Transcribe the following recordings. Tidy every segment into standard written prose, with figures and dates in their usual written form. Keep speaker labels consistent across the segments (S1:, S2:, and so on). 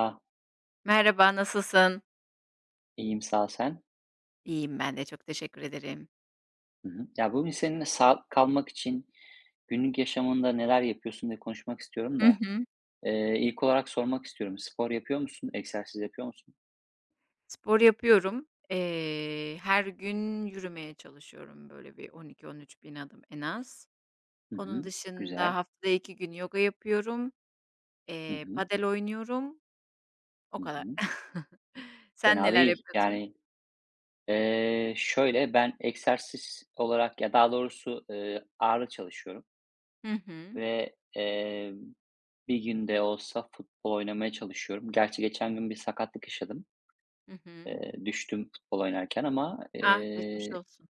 S1: Ah,
S2: Merhaba, nasılsın?
S1: iyiyim sağ ol sen.
S2: İyiyim ben de, çok teşekkür ederim.
S1: Hı hı. Ya bugün seninle sağlıklı kalmak için günlük yaşamında neler yapıyorsun diye konuşmak istiyorum
S2: Hı
S1: da.
S2: hı.
S1: İlk olarak sormak istiyorum. Spor yapıyor musun? Egzersiz yapıyor musun?
S2: Spor yapıyorum. Her gün yürümeye çalışıyorum, böyle bir 12.000 bin adım en az.
S1: Hı
S2: Onun
S1: hı.
S2: dışında
S1: Güzel.
S2: haftada 2 gün yoga yapıyorum,
S1: Hı hı.
S2: padel oynuyorum, o
S1: Hı
S2: kadar.
S1: hı.
S2: Sen
S1: Fena
S2: neler
S1: değil.
S2: yapıyorsun?
S1: Yani şöyle ben egzersiz olarak ya daha doğrusu ağırlık çalışıyorum
S2: Hı hı.
S1: ve bir günde olsa futbol oynamaya çalışıyorum. Gerçi geçen gün bir sakatlık yaşadım.
S2: Hı hı.
S1: Düştüm futbol oynarken ama
S2: Ah, geçmiş olsun.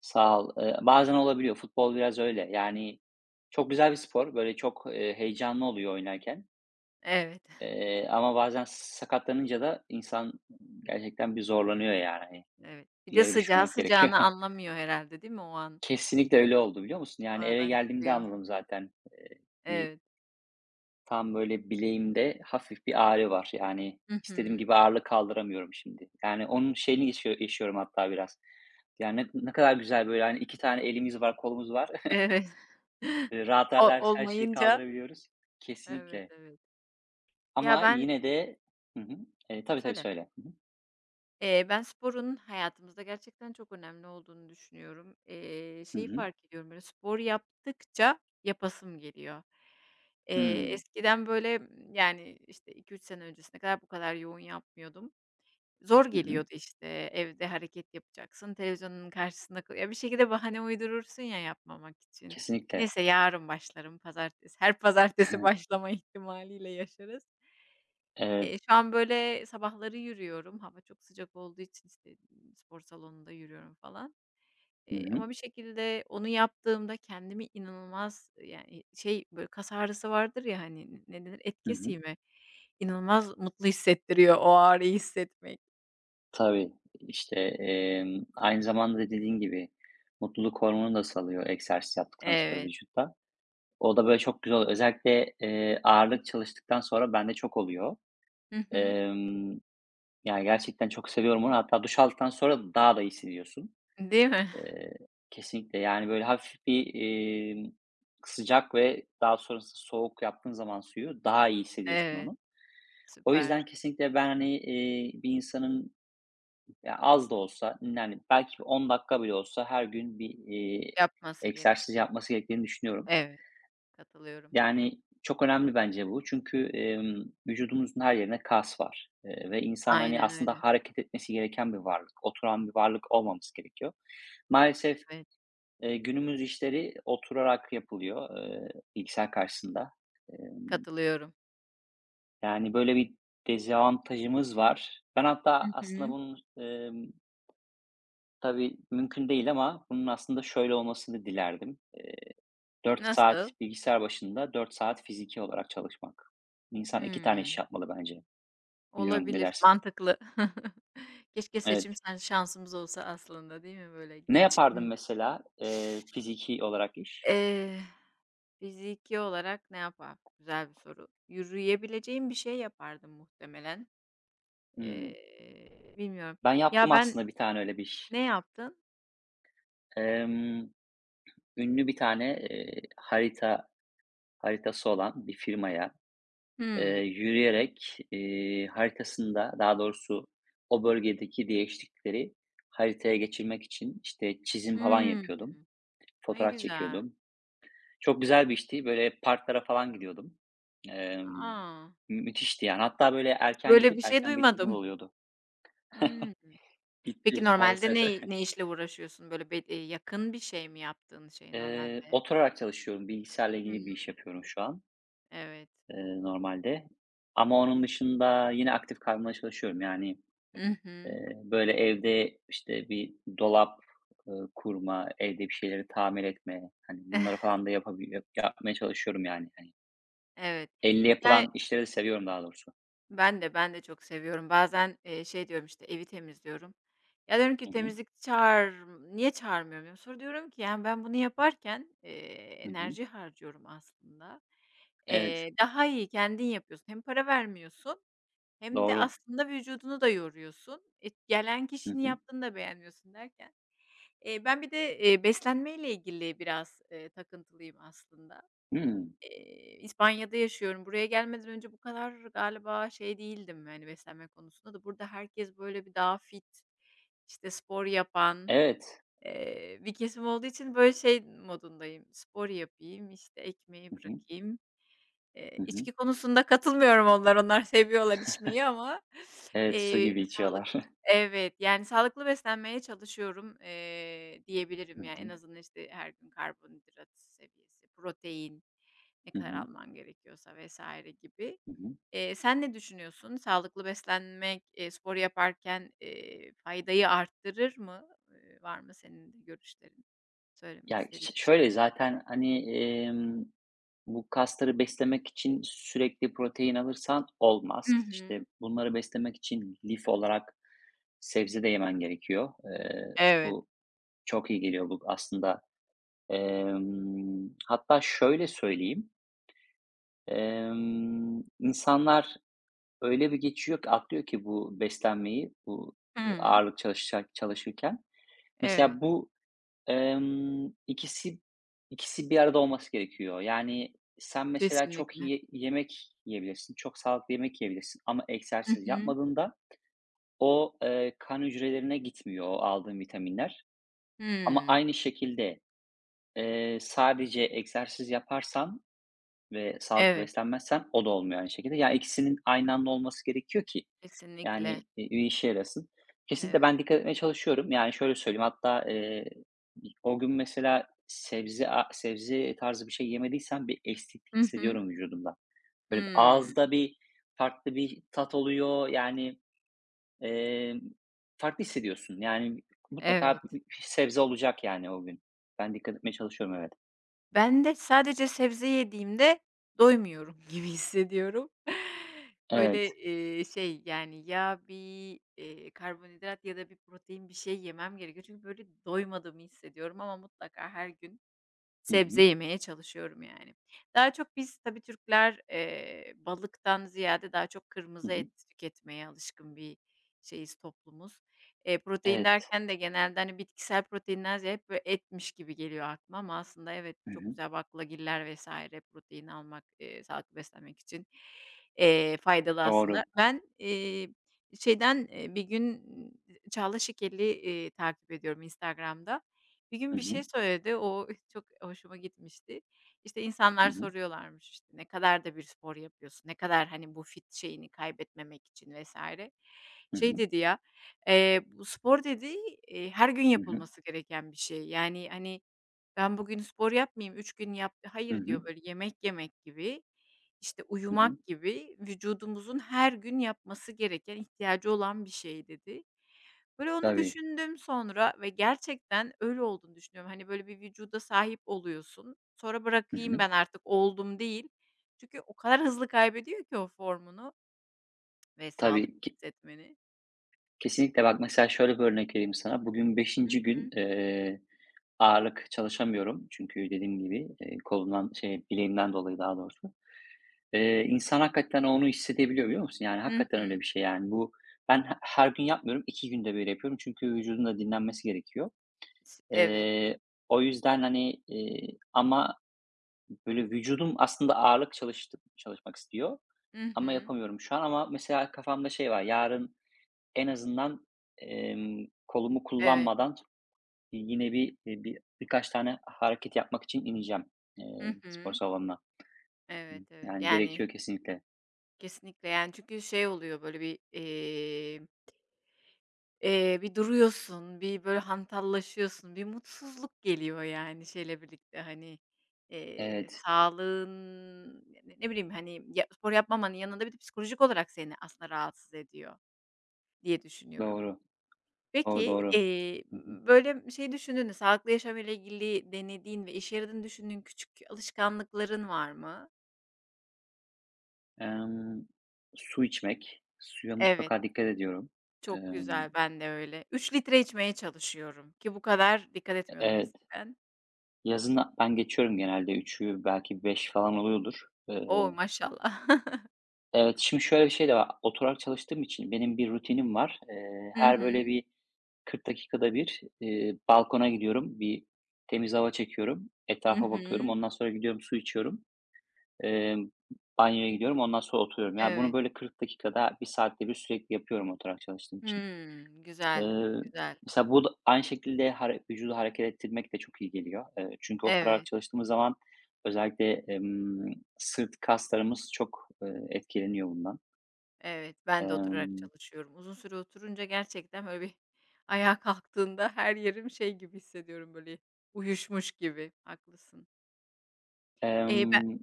S1: sağ ol. Bazen olabiliyor. Futbol biraz öyle. Yani çok güzel bir spor. Böyle çok, heyecanlı oluyor oynarken.
S2: Evet,
S1: Ama bazen sakatlanınca da insan gerçekten bir zorlanıyor yani. Hani,
S2: evet. Bir
S1: bir
S2: de
S1: yere
S2: sıcağı
S1: düşmemek gerekiyor.
S2: sıcağına anlamıyor herhalde, değil mi o an?
S1: Kesinlikle öyle oldu, biliyor musun? Yani eve
S2: Oradan
S1: geldiğimde
S2: çıkıyor.
S1: anladım zaten. Bir
S2: Evet.
S1: tam böyle bileğimde hafif bir ağrı var. Yani
S2: Hı
S1: istediğim
S2: hı.
S1: gibi ağırlık kaldıramıyorum şimdi. Yani onun şeyini yaşıyorum hatta biraz. Yani ne kadar güzel böyle, hani, 2 tane elimiz var, kolumuz var.
S2: Evet.
S1: Rahat rahat
S2: O
S1: her şeyi
S2: olmayınca
S1: kaldırabiliyoruz.
S2: evet,
S1: Kesinlikle,
S2: evet. Ya,
S1: ama
S2: ben
S1: yine de. Hı hı. Tabii, tabii
S2: söyle.
S1: söyle. Hı hı.
S2: Ben sporun hayatımızda gerçekten çok önemli olduğunu düşünüyorum.
S1: Hı
S2: Şeyi
S1: hı.
S2: fark ediyorum, böyle, spor yaptıkça yapasım geliyor.
S1: Hımm.
S2: Eskiden, böyle, yani, işte, iki üç sene öncesine kadar bu kadar yoğun yapmıyordum. Zor
S1: Hı hı.
S2: geliyordu, işte, evde hareket yapacaksın, televizyonun karşısında kal. Ya, bir şekilde bahane uydurursun ya yapmamak için.
S1: Kesinlikle.
S2: Neyse yarın başlarım, pazartesi. Her pazartesi başlama ihtimaliyle yaşarız.
S1: Evet.
S2: Şu an, böyle, sabahları yürüyorum. Hava çok sıcak olduğu için, işte, spor salonunda yürüyorum falan.
S1: Hı hı.
S2: Ama bir şekilde onu yaptığımda kendimi inanılmaz, yani, şey, böyle, kas ağrısı vardır ya, hani, ne denir? Et
S1: Hı hı.
S2: kesimi. İnanılmaz mutlu hissettiriyor o ağrıyı hissetmek.
S1: Tabii, işte, aynı zamanda da dediğin gibi mutluluk hormonu da salıyor egzersiz yaptıktan sonra
S2: Evet.
S1: vücutta. O da böyle çok güzel oluyor. Özellikle, ağırlık çalıştıktan sonra bende çok oluyor.
S2: Hı hı.
S1: Emm, yani gerçekten çok seviyorum onu. Hatta duş aldıktan sonra daha da iyi hissediyorsun.
S2: Değil mi?
S1: Eee, kesinlikle. Yani, böyle, hafif bir, sıcak ve daha sonrasında soğuk yaptığın zaman suyu daha iyi hissediyorsun
S2: Evet,
S1: onu. O yüzden
S2: süper.
S1: kesinlikle ben, hani, bir insanın ya, az da olsa, yani, belki 10 dakika bile olsa her gün bir,
S2: Yapması
S1: egzersiz
S2: gerekiyor.
S1: yapması gerektiğini düşünüyorum.
S2: Evet, katılıyorum.
S1: Yani, çok önemli bence bu. Çünkü, vücudumuzun her yerine kas var, ve insan, hani,
S2: Aynen
S1: aslında
S2: öyle.
S1: hareket etmesi gereken bir varlık. Oturan bir varlık olmamız gerekiyor. Maalesef
S2: Evet,
S1: Günümüz işleri oturarak yapılıyor, bilgisayar karşısında. Emm,
S2: katılıyorum.
S1: yani, böyle bir dezavantajımız var. Ben
S2: Hı
S1: hatta
S2: hı.
S1: aslında bunun, tabii mümkün değil ama bunun aslında şöyle olmasını dilerdim. 4 saat
S2: Nasıl?
S1: bilgisayar başında, 4 saat fiziki olarak çalışmak. İnsan 2 tane
S2: Hıı.
S1: iş yapmalı bence. Bilmiyorum, ne
S2: Olabilir,
S1: dersin?
S2: mantıklı. Keşke
S1: Evet.
S2: seçim sen şansımız olsa aslında, değil mi böyle
S1: Ne yapardın
S2: geçim.
S1: mesela, fiziki olarak iş?
S2: Eee, fiziki olarak ne yapar? Güzel bir soru. Yürüyebileceğim bir şey yapardım muhtemelen.
S1: Hımm.
S2: Bilmiyorum.
S1: Ben
S2: Ya,
S1: yaptım
S2: ben
S1: aslında bir tane öyle bir iş.
S2: ne yaptın?
S1: Emm Ünlü bir tane, haritası olan bir firmaya,
S2: Hımm.
S1: yürüyerek, haritasında daha doğrusu o bölgedeki değişiklikleri haritaya geçirmek için, işte, çizim falan
S2: Hımm.
S1: yapıyordum.
S2: Ne
S1: Fotoğraf
S2: güzel.
S1: çekiyordum. Çok güzel bir işti. Böyle parklara falan gidiyordum. Emm,
S2: Aa.
S1: müthişti yani. Hatta böyle erken
S2: Böyle
S1: gidip
S2: bir şey
S1: erken bitirdiğim
S2: duymadım.
S1: oluyordu.
S2: Hımm. Peki
S1: Bitti
S2: normalde
S1: maalesef.
S2: ne işle uğraşıyorsun? Böyle be yakın bir şey mi yaptığın şey normalde?
S1: Oturarak çalışıyorum. Bilgisayarla ilgili
S2: Hımm.
S1: bir iş yapıyorum şu an.
S2: Evet.
S1: Normalde. Ama onun dışında yine aktif kalmaya çalışıyorum. Yani,
S2: Hı hı.
S1: böyle, evde, işte, bir dolap, kurma, evde bir şeyleri tamir etme, hani, bunları falan da yapabil yap yapmaya çalışıyorum yani, hani.
S2: Evet.
S1: Elle
S2: Yani,
S1: yapılan işleri de seviyorum daha doğrusu.
S2: ben de, ben de çok seviyorum. Bazen, şey diyorum, işte, evi temizliyorum. Ya, diyorum ki
S1: Hı hı.
S2: temizlikçi çağır, niye çağırmıyorum diyorum. Sonra diyorum ki, yani, ben bunu yaparken,
S1: Hı hı.
S2: enerji harcıyorum aslında.
S1: Evet,
S2: Daha iyi kendin yapıyorsun. Hem para vermiyorsun hem de
S1: doğru.
S2: aslında vücudunu da yoruyorsun. E, gelen
S1: Hı
S2: kişinin
S1: hı.
S2: yaptığını da beğenmiyorsun derken. Ben bir de, beslenmeyle ilgili biraz, takıntılıyım aslında.
S1: Hımm.
S2: İspanya'da yaşıyorum. Buraya gelmeden önce bu kadar galiba şey değildim, yani, beslenme konusunda da. Burada herkes, böyle, bir daha fit, işte, spor yapan,
S1: Evet.
S2: bir kesim olduğu için, böyle, şey modundayım, spor yapayım, işte, ekmeği
S1: Hı hı.
S2: bırakayım.
S1: Hı hı.
S2: İçki konusunda katılmıyorum, onlar seviyorlar içmeyi ama,
S1: Evet, su gibi
S2: sağlık.
S1: içiyorlar.
S2: Evet, yani, sağlıklı beslenmeye çalışıyorum, diyebilirim.
S1: Hı
S2: Yani, en
S1: hı.
S2: azından, işte, her gün karbonhidrat seviyesi, protein, ne
S1: Hı
S2: kadar
S1: hı.
S2: alman gerekiyorsa vs. gibi.
S1: Hı hı.
S2: Sen ne düşünüyorsun? Sağlıklı beslenmek, spor yaparken, faydayı arttırır mı? Var mı senin de görüşlerin? Söylemek
S1: Ya,
S2: istediğin bir
S1: şöyle
S2: şeyler?
S1: zaten, hani, bu kasları beslemek için sürekli protein alırsan
S2: Hı
S1: olmaz. İşte,
S2: hı.
S1: bunları beslemek için lif olarak sebze de yemen gerekiyor.
S2: Evet.
S1: Bu çok iyi geliyor bu aslında. Hatta şöyle söyleyeyim, insanlar öyle bir geçiyor ki atlıyor ki bu beslenmeyi, bu
S2: Hıı.
S1: ağırlık çalışırken.
S2: Evet.
S1: Mesela bu Emm, ikisi ikisi bir arada olması gerekiyor. Yani, sen mesela çok
S2: Kesinlikle.
S1: yemek yiyebilirsin, çok sağlıklı yemek yiyebilirsin ama
S2: Hı
S1: egzersiz
S2: hı.
S1: yapmadığında o, kan hücrelerine gitmiyor o aldığın vitaminler. Ama
S2: Hımm.
S1: aynı şekilde, sadece egzersiz yaparsan ve sağlıklı
S2: Evet,
S1: beslenmezsem o da olmuyor aynı şekilde. Ya, ikisinin aynı anda olması gerekiyor ki, yani,
S2: kesinlikle.
S1: bir işe yarasın. Kesinlikle
S2: Evet.
S1: ben dikkat etmeye çalışıyorum. Yani, şöyle söyleyeyim, hatta, o gün mesela sebze tarzı bir şey yemediysem bir eksiklik
S2: Hı hı.
S1: hissediyorum vücudumda. Böyle
S2: Hımm.
S1: ağızda bir farklı bir tat oluyor, yani, emm, farklı hissediyorsun. Yani, mutlaka bir
S2: Evet.
S1: bir sebze olacak, yani, o gün. Ben dikkat etmeye çalışıyorum, evet.
S2: Ben de sadece sebze yediğimde doymuyorum gibi hissediyorum. Böyle,
S1: Evet.
S2: şey, yani, ya bir, karbonhidrat ya da bir protein bir şey yemem gerekiyor. Çünkü böyle doymadığımı hissediyorum ama mutlaka her gün
S1: Hı
S2: sebze
S1: hı.
S2: yemeye çalışıyorum yani. Daha çok biz tabii Türkler, balıktan ziyade daha çok
S1: Hı
S2: kırmızı et
S1: hı.
S2: tüketmeye alışkın bir şeyiz, toplumuz. Protein
S1: Evet.
S2: derken de genelde, hani, bitkisel proteinden ziyade hep böyle etmiş gibi geliyor aklıma ama aslında evet,
S1: Hı
S2: çok
S1: hı.
S2: güzel baklagiller vesaire protein almak, sağlıklı beslenmek için, faydalı aslında.
S1: Doğru.
S2: Ben, şeyden, bir gün, Çağla Şikel'i, takip ediyorum Instagram'da. Bir gün
S1: Hı
S2: bir
S1: hı.
S2: şey söyledi. O çok hoşuma gitmişti. İşte,
S1: Hı
S2: insanlar
S1: hı.
S2: soruyorlarmış, işte, "Ne kadar da bir spor yapıyorsun? Ne kadar, hani, bu fit şeyini kaybetmemek için vesaire."
S1: Hı
S2: Şey
S1: hı.
S2: dedi ya, "Bu spor" dedi, "her gün
S1: Hı hı.
S2: yapılması gereken bir şey." Yani, hani, "Ben bugün spor yapmayayım, 3 gün yap."
S1: Hı
S2: "Hayır." diyor,
S1: hı.
S2: "Böyle yemek yemek gibi, işte,
S1: Hı hı.
S2: uyumak gibi vücudumuzun her gün yapması gereken, ihtiyacı olan bir şey." dedi. Böyle, onu
S1: Tabii.
S2: düşündüm sonra ve gerçekten öyle olduğunu düşünüyorum. Hani, böyle, bir vücuda sahip oluyorsun. Sonra
S1: Hı
S2: bırakayım
S1: hı.
S2: ben artık oldum değil. Çünkü o kadar hızlı kaybediyor ki o formunu ve
S1: Tabii
S2: sağlıklı
S1: ki
S2: hissetmeni.
S1: kesinlikle bak, mesela şöyle bir örnek vereyim sana. Bugün
S2: Hı
S1: beşinci gün,
S2: hı.
S1: ağırlık çalışamıyorum. Çünkü dediğim gibi, kolumdan, şey, bileğimden dolayı daha doğrusu. İnsan hakikaten onu hissedebiliyor, biliyor musun? Yani
S2: Hı
S1: hakikaten öyle
S2: hı.
S1: bir şey yani bu. Ben her gün yapmıyorum, 2 günde bir yapıyorum çünkü vücudun da dinlenmesi gerekiyor.
S2: Evet.
S1: Eee, o yüzden, hani, ama böyle vücudum aslında ağırlık çalışmak istiyor
S2: Hı
S1: ama
S2: hı.
S1: yapamıyorum şu an, ama mesela kafamda şey var, yarın en azından, kolumu
S2: Evet.
S1: kullanmadan yine bir, birkaç tane hareket yapmak için ineceğim,
S2: Hı
S1: spor
S2: hı.
S1: salonuna.
S2: Evet, evet.
S1: Yani
S2: Yani,
S1: gerekiyor kesinlikle.
S2: kesinlikle, yani, çünkü şey oluyor, böyle, bir, bir duruyorsun, bir böyle hantallaşıyorsun, bir mutsuzluk geliyor yani şeyle birlikte, hani,
S1: Evet,
S2: sağlığın, ne bileyim, hani, ya spor yapmamanın yanında bir de psikolojik olarak seni aslında rahatsız ediyor diye düşünüyorum.
S1: doğru. Doğru,
S2: Peki,
S1: doğru. Hı hı.
S2: böyle şey düşündün mü, sağlıklı yaşam ile ilgili denediğin ve işe yaradığını düşündüğün küçük alışkanlıkların var mı?
S1: Emm, su içmek, suya
S2: Evet,
S1: mutlaka dikkat ediyorum.
S2: çok
S1: Emm,
S2: güzel, ben de öyle. 3 litre içmeye çalışıyorum ki bu kadar dikkat etmiyordum
S1: evet,
S2: eskiden.
S1: yazın ben geçiyorum genelde üçü belki 5 falan oluyordur. Eee
S2: Oo maşallah.
S1: Evet, şimdi şöyle bir şey de var. Oturarak çalıştığım için benim bir rutinim var.
S2: Hı
S1: Her böyle
S2: hı.
S1: bir 40 dakikada bir, balkona gidiyorum. Bir temiz hava çekiyorum.
S2: Hı
S1: Etrafa bakıyorum.
S2: hı.
S1: Ondan sonra gidiyorum su içiyorum. Emm, banyoya gidiyorum. Ondan sonra oturuyorum. Yani bunu
S2: Evet.
S1: böyle 40 dakikada, bir saatte bir sürekli yapıyorum oturarak çalıştığım için.
S2: Hımm. Güzel,
S1: Eee,
S2: güzel.
S1: mesela bu da aynı şekilde vücudu hareket ettirmek de çok iyi geliyor. Çünkü oturarak
S2: Evet,
S1: çalıştığımız zaman özellikle, sırt kaslarımız çok, etkileniyor bundan.
S2: evet. Ben de oturarak
S1: Emm,
S2: çalışıyorum. Uzun süre oturunca gerçekten, böyle, bir ayağa kalktığında her yerim şey gibi hissediyorum, böyle, uyuşmuş gibi. Haklısın. Ben
S1: emm,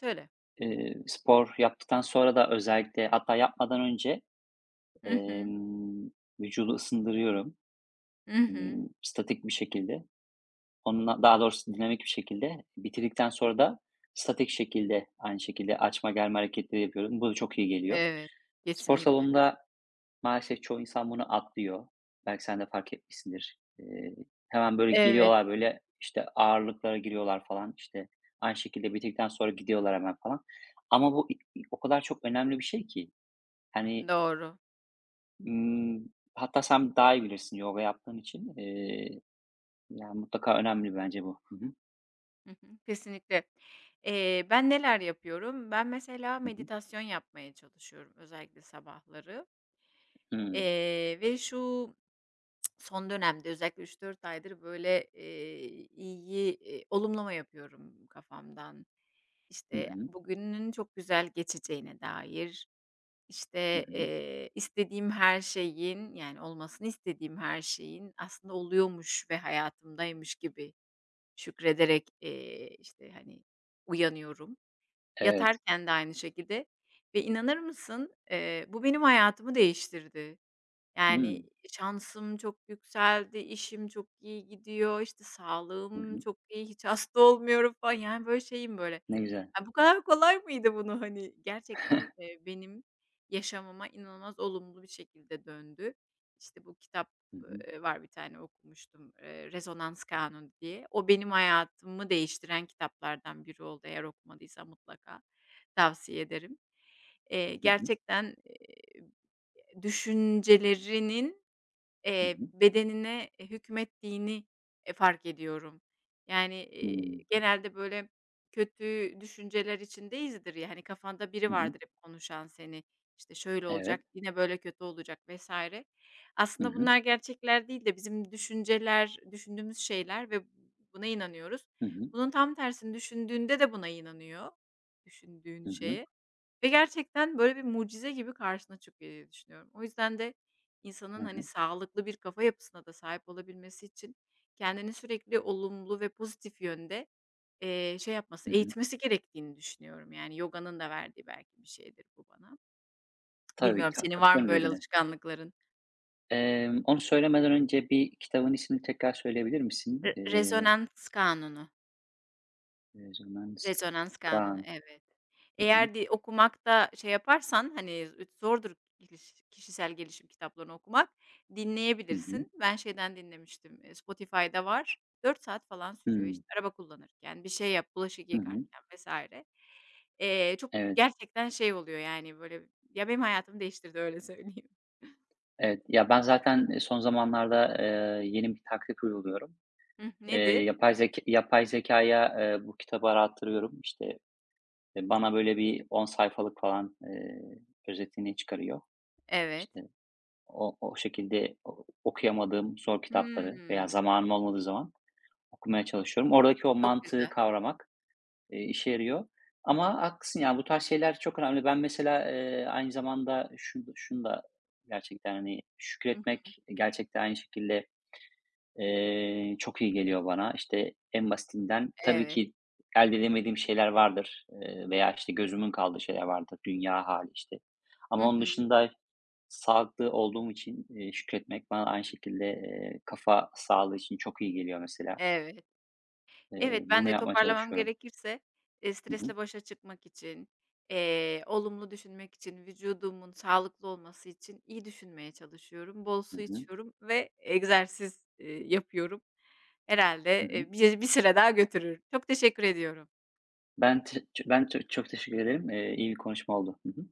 S2: söyle.
S1: spor yaptıktan sonra da özellikle hatta yapmadan önce,
S2: Hı hı.
S1: emm, vücudu ısındırıyorum,
S2: Hı hı.
S1: statik bir şekilde. Onunla daha doğrusu dinamik bir şekilde. Bitirdikten sonra da statik şekilde, aynı şekilde açma germe hareketleri yapıyorum. Bu da çok iyi geliyor.
S2: Evet,
S1: Spor
S2: kesinlikle.
S1: salonunda maalesef çoğu insan bunu atlıyor. Belki sen de fark etmişsindir. Hemen böyle
S2: Evet,
S1: giriyorlar, böyle, işte, ağırlıklara giriyorlar falan, işte, aynı şekilde bitirdikten sonra gidiyorlar hemen falan. Ama bu i o kadar çok önemli bir şey ki. Hani,
S2: doğru.
S1: ımm, hatta sen daha iyi bilirsin yoga yaptığın için. Yani, mutlaka önemli bence bu. Hı hı.
S2: Hı hı. Kesinlikle. Ben neler yapıyorum? Ben mesela
S1: Hı hı.
S2: meditasyon yapmaya çalışıyorum özellikle sabahları.
S1: Hımm.
S2: Ve şu. Son dönemde özellikle üç dört aydır böyle, iyi, olumlama yapıyorum kafamdan.
S1: Hı
S2: İşte,
S1: hı.
S2: bugünün çok güzel geçeceğine dair,
S1: Hı
S2: işte,
S1: hı.
S2: istediğim her şeyin, yani olmasını istediğim her şeyin aslında oluyormuş ve hayatımdaymış gibi şükrederek, işte, hani, uyanıyorum.
S1: Evet.
S2: Yatarken de aynı şekilde ve inanır mısın, bu benim hayatımı değiştirdi. Yani,
S1: Hımm.
S2: şansım çok yükseldi, işim çok iyi gidiyor, işte,
S1: Hı
S2: sağlığım
S1: hı.
S2: çok iyi, hiç hasta olmuyorum falan. Yani, böyle, şeyim, böyle,
S1: Ne güzel.
S2: "Ya, bu kadar kolay mıydı bunu?" Hani, gerçekten, benim yaşamama inanılmaz olumlu bir şekilde döndü. İşte, bu kitap,
S1: Hı hı.
S2: var bir tane okumuştum, Rezonans Kanunu diye. O benim hayatımı değiştiren kitaplardan biri oldu. Eğer okumadıysa mutlaka tavsiye ederim.
S1: Hı hı.
S2: Gerçekten, düşüncelerinin
S1: Hı hı.
S2: Bedenine, hükmettiğini, fark ediyorum. Yani,
S1: Hımm.
S2: genelde böyle kötü düşünceler içindeyizdir ya, hani, kafanda biri
S1: Hı hı. Hı.
S2: vardır hep konuşan seni, işte, şöyle
S1: Evet.
S2: olacak, yine böyle kötü olacak vs.
S1: Hı
S2: Aslında
S1: hı.
S2: bunlar gerçekler değil de bizim düşünceler, düşündüğümüz şeyler ve buna inanıyoruz.
S1: Hı hı.
S2: Bunun tam tersini düşündüğünde de buna inanıyor, düşündüğün
S1: Hı hı.
S2: şeye. Ve gerçekten böyle bir mucize gibi karşına çıkıyor diye düşünüyorum. O yüzden de
S1: Hı
S2: insanın, hani,
S1: hı.
S2: sağlıklı bir kafa yapısına da sahip olabilmesi için kendini sürekli olumlu ve pozitif yönde, şey yapması,
S1: Hı hı.
S2: eğitmesi gerektiğini düşünüyorum. Yani yoga'nın da verdiği belki bir şeydir bu bana.
S1: Tabii
S2: Bilmiyorum senin var mı
S1: katılıyorum
S2: böyle
S1: dediğine.
S2: alışkanlıkların?
S1: Onu söylemeden önce bir kitabın ismini tekrar söyleyebilir misin?
S2: Rezonans kanunu.
S1: Resonans
S2: Rezonans kanunu,
S1: Kaan.
S2: evet.
S1: Hı hı.
S2: Eğer di okumakta şey yaparsan, hani, zordur kişisel gelişim kitaplarını okumak,
S1: Hı hı.
S2: dinleyebilirsin. Ben şeyden dinlemiştim, Spotify'da var. Dört saat falan sürüyor.
S1: Hımm.
S2: İşte araba kullanırken, bir şey yap, bulaşık
S1: Hı hı.
S2: yıkarken vs. Çok
S1: Evet,
S2: gerçekten şey oluyor, yani, böyle, ya, benim hayatımı değiştirdi, öyle söyleyeyim.
S1: evet. Ya, ben zaten, son zamanlarda, yeni bir taktik uyguluyorum. Eee,
S2: Nedir?
S1: yapay zekaya bu kitabı arattırıyorum. İşte, bana böyle bir 10 sayfalık falan, özetini çıkarıyor.
S2: Evet.
S1: İşte, o şekilde o okuyamadığım zor kitapları veya
S2: Hımm,
S1: zamanım olmadığı zaman okumaya çalışıyorum. Oradaki o
S2: çok
S1: mantığı
S2: güzel.
S1: kavramak, işe yarıyor ama haklısın, yani, bu tarz şeyler çok önemli. Ben mesela, aynı zamanda şunu da gerçekten, hani,
S2: Hı hı,
S1: şükretmek gerçekten aynı şekilde, çok iyi geliyor bana. İşte, en basitinden tabii
S2: evet.
S1: ki elde edemediğim şeyler vardır, veya, işte, gözümün kaldığı şeyler vardır, dünya hâli, işte,
S2: Hı
S1: ama onun
S2: hı,
S1: dışında sağlıklı olduğum için, şükretmek bana aynı şekilde, kafa sağlığı için çok iyi geliyor mesela.
S2: evet. Evet, ben
S1: Bunu
S2: de
S1: yapmaya
S2: toparlamam
S1: çalışıyorum.
S2: gerekirse,
S1: Hı hı.
S2: stresle başa çıkmak için, olumlu düşünmek için, vücudumun sağlıklı olması için iyi düşünmeye çalışıyorum. Bol
S1: Hı
S2: su
S1: hı.
S2: içiyorum ve egzersiz, yapıyorum.
S1: Hı
S2: Herhâlde,
S1: hı.
S2: bir süre daha götürür. Çok teşekkür ediyorum.
S1: Ben çok çok teşekkür ederim. İyi bir konuşma oldu. Hı hı.